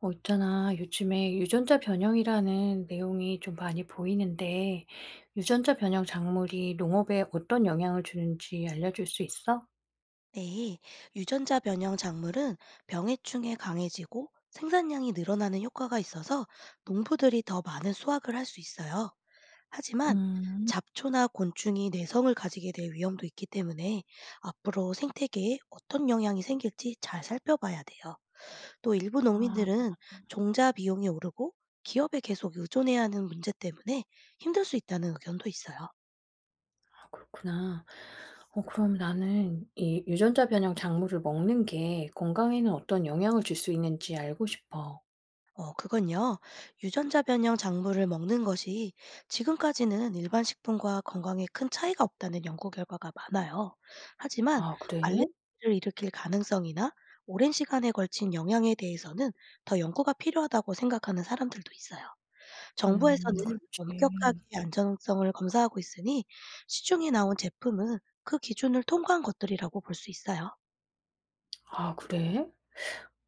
있잖아. 요즘에 유전자 변형이라는 내용이 좀 많이 보이는데, 유전자 변형 작물이 농업에 어떤 영향을 주는지 알려줄 수 있어? 네, 유전자 변형 작물은 병해충에 강해지고 생산량이 늘어나는 효과가 있어서 농부들이 더 많은 수확을 할 수 있어요. 하지만 음. 잡초나 곤충이 내성을 가지게 될 위험도 있기 때문에 앞으로 생태계에 어떤 영향이 생길지 잘 살펴봐야 돼요. 또 일부 아, 농민들은 종자 비용이 오르고 기업에 계속 의존해야 하는 문제 때문에 힘들 수 있다는 의견도 있어요. 그렇구나. 그럼 나는 이 유전자 변형 작물을 먹는 게 건강에는 어떤 영향을 줄 수 있는지 알고 싶어. 그건요. 유전자 변형 작물을 먹는 것이 지금까지는 일반 식품과 건강에 큰 차이가 없다는 연구 결과가 많아요. 하지만 아, 그래? 알레르기를 일으킬 가능성이나 오랜 시간에 걸친 영향에 대해서는 더 연구가 필요하다고 생각하는 사람들도 있어요. 정부에서는 그렇지. 엄격하게 안전성을 검사하고 있으니 시중에 나온 제품은 그 기준을 통과한 것들이라고 볼 수 있어요. 아, 그래?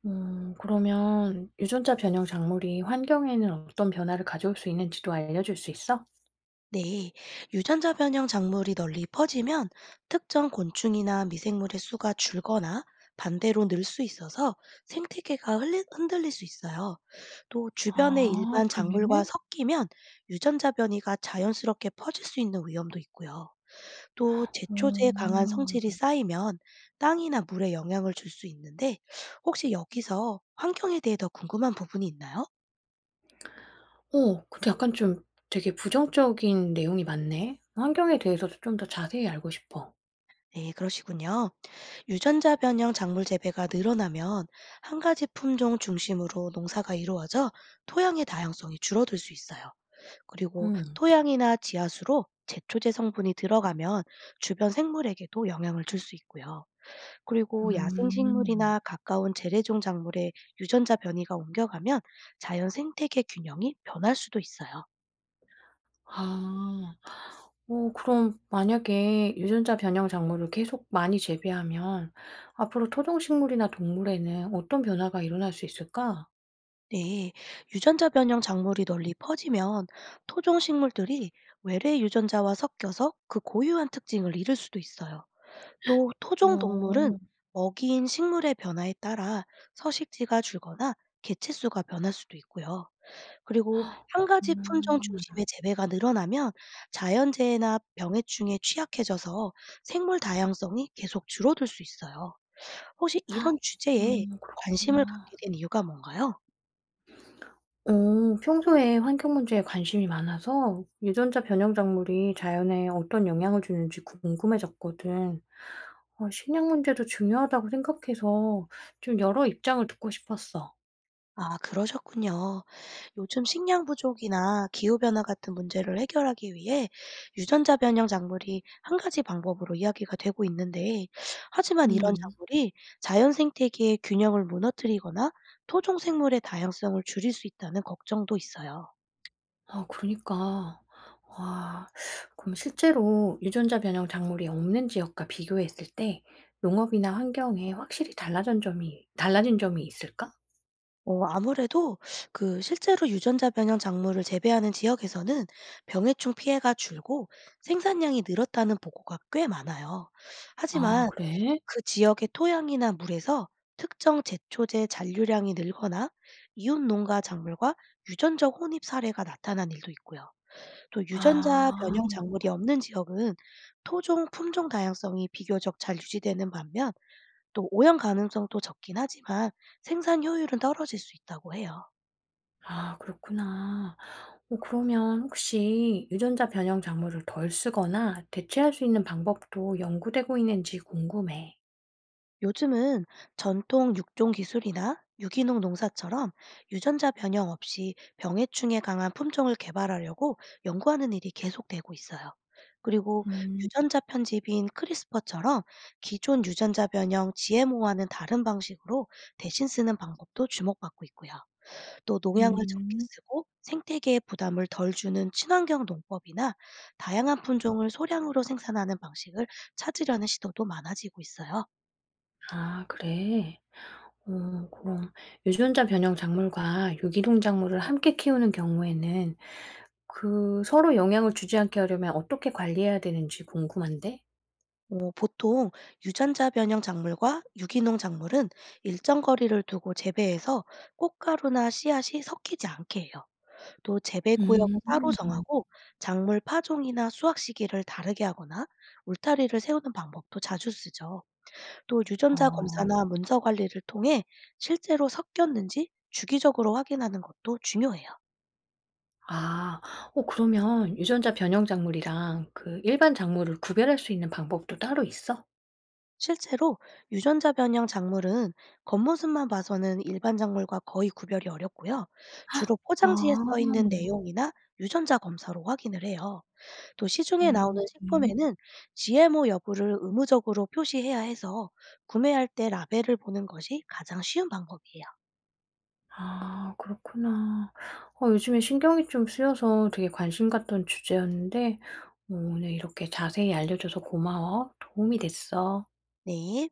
그러면 유전자 변형 작물이 환경에는 어떤 변화를 가져올 수 있는지도 알려줄 수 있어? 네, 유전자 변형 작물이 널리 퍼지면 특정 곤충이나 미생물의 수가 줄거나 반대로 늘 수 있어서 흔들릴 수 있어요. 또 주변의 아 일반 그래? 작물과 섞이면 유전자 변이가 자연스럽게 퍼질 수 있는 위험도 있고요. 또 제초제에 강한 음. 성질이 쌓이면 땅이나 물에 영향을 줄 수 있는데, 혹시 여기서 환경에 대해 더 궁금한 부분이 있나요? 근데 약간 좀 되게 부정적인 내용이 많네. 환경에 대해서도 좀 더 자세히 알고 싶어. 네, 그러시군요. 유전자 변형 작물 재배가 늘어나면 한 가지 품종 중심으로 농사가 이루어져 토양의 다양성이 줄어들 수 있어요. 그리고 음. 토양이나 지하수로 제초제 성분이 들어가면 주변 생물에게도 영향을 줄 수 있고요. 그리고 음. 야생식물이나 가까운 재래종 작물에 유전자 변이가 옮겨가면 자연 생태계 균형이 변할 수도 있어요. 아. 그럼 만약에 유전자 변형 작물을 계속 많이 재배하면 앞으로 토종 식물이나 동물에는 어떤 변화가 일어날 수 있을까? 네, 유전자 변형 작물이 널리 퍼지면 토종 식물들이 외래 유전자와 섞여서 그 고유한 특징을 잃을 수도 있어요. 또 토종 동물은 어. 먹이인 식물의 변화에 따라 서식지가 줄거나 개체 수가 변할 수도 있고요. 그리고 한 가지 품종 음. 중심의 재배가 늘어나면 자연재해나 병해충에 취약해져서 생물 다양성이 계속 줄어들 수 있어요. 혹시 이런 주제에 관심을 그렇구나. 갖게 된 이유가 뭔가요? 평소에 환경 문제에 관심이 많아서 유전자 변형 작물이 자연에 어떤 영향을 주는지 궁금해졌거든. 식량 문제도 중요하다고 생각해서 좀 여러 입장을 듣고 싶었어. 아, 그러셨군요. 요즘 식량 부족이나 기후 변화 같은 문제를 해결하기 위해 유전자 변형 작물이 한 가지 방법으로 이야기가 되고 있는데, 하지만 이런 음. 작물이 자연 생태계의 균형을 무너뜨리거나 토종 생물의 다양성을 줄일 수 있다는 걱정도 있어요. 아 그러니까. 와. 그럼 실제로 유전자 변형 작물이 없는 지역과 비교했을 때 농업이나 환경에 확실히 달라진 점이 있을까? 아무래도 그 실제로 유전자 변형 작물을 재배하는 지역에서는 병해충 피해가 줄고 생산량이 늘었다는 보고가 꽤 많아요. 아 하지만 그래? 그 지역의 토양이나 물에서 특정 제초제 잔류량이 늘거나 이웃 농가 작물과 유전적 혼입 사례가 나타난 일도 있고요. 또 유전자 아. 변형 작물이 없는 지역은 토종 품종 다양성이 비교적 잘 유지되는 반면 또 오염 가능성도 적긴 하지만 생산 효율은 떨어질 수 있다고 해요. 아 그렇구나. 그러면 혹시 유전자 변형 작물을 덜 쓰거나 대체할 수 있는 방법도 연구되고 있는지 궁금해. 요즘은 전통 육종 기술이나 유기농 농사처럼 유전자 변형 없이 병해충에 강한 품종을 개발하려고 연구하는 일이 계속되고 있어요. 그리고 음. 유전자 편집인 크리스퍼처럼 기존 유전자 변형 GMO와는 다른 방식으로 대신 쓰는 방법도 주목받고 있고요. 또 농약을 적게 음. 쓰고 생태계에 부담을 덜 주는 친환경 농법이나 다양한 품종을 소량으로 생산하는 방식을 찾으려는 시도도 많아지고 있어요. 아, 그래? 그럼 유전자 변형 작물과 유기농 작물을 함께 키우는 경우에는 그 서로 영향을 주지 않게 하려면 어떻게 관리해야 되는지 궁금한데? 어, 보통 유전자 변형 작물과 유기농 작물은 일정 거리를 두고 재배해서 꽃가루나 씨앗이 섞이지 않게 해요. 또 재배 음. 구역을 따로 음. 정하고 작물 파종이나 수확 시기를 다르게 하거나 울타리를 세우는 방법도 자주 쓰죠. 또 유전자 어, 검사나 문서 관리를 통해 실제로 섞였는지 주기적으로 확인하는 것도 중요해요. 아, 그러면 유전자 변형 작물이랑 그 일반 작물을 구별할 수 있는 방법도 따로 있어? 실제로 유전자 변형 작물은 겉모습만 봐서는 일반 작물과 거의 구별이 어렵고요. 주로 포장지에 써 아. 있는 내용이나 유전자 검사로 확인을 해요. 또 어 시중에 나오는 그래요? 식품에는 GMO 여부를 의무적으로 표시해야 해서 구매할 때 라벨을 보는 것이 가장 쉬운 방법이에요. 아 그렇구나. 요즘에 신경이 좀 쓰여서 되게 관심 갔던 주제였는데 오늘 이렇게 자세히 알려줘서 고마워. 도움이 됐어. 네.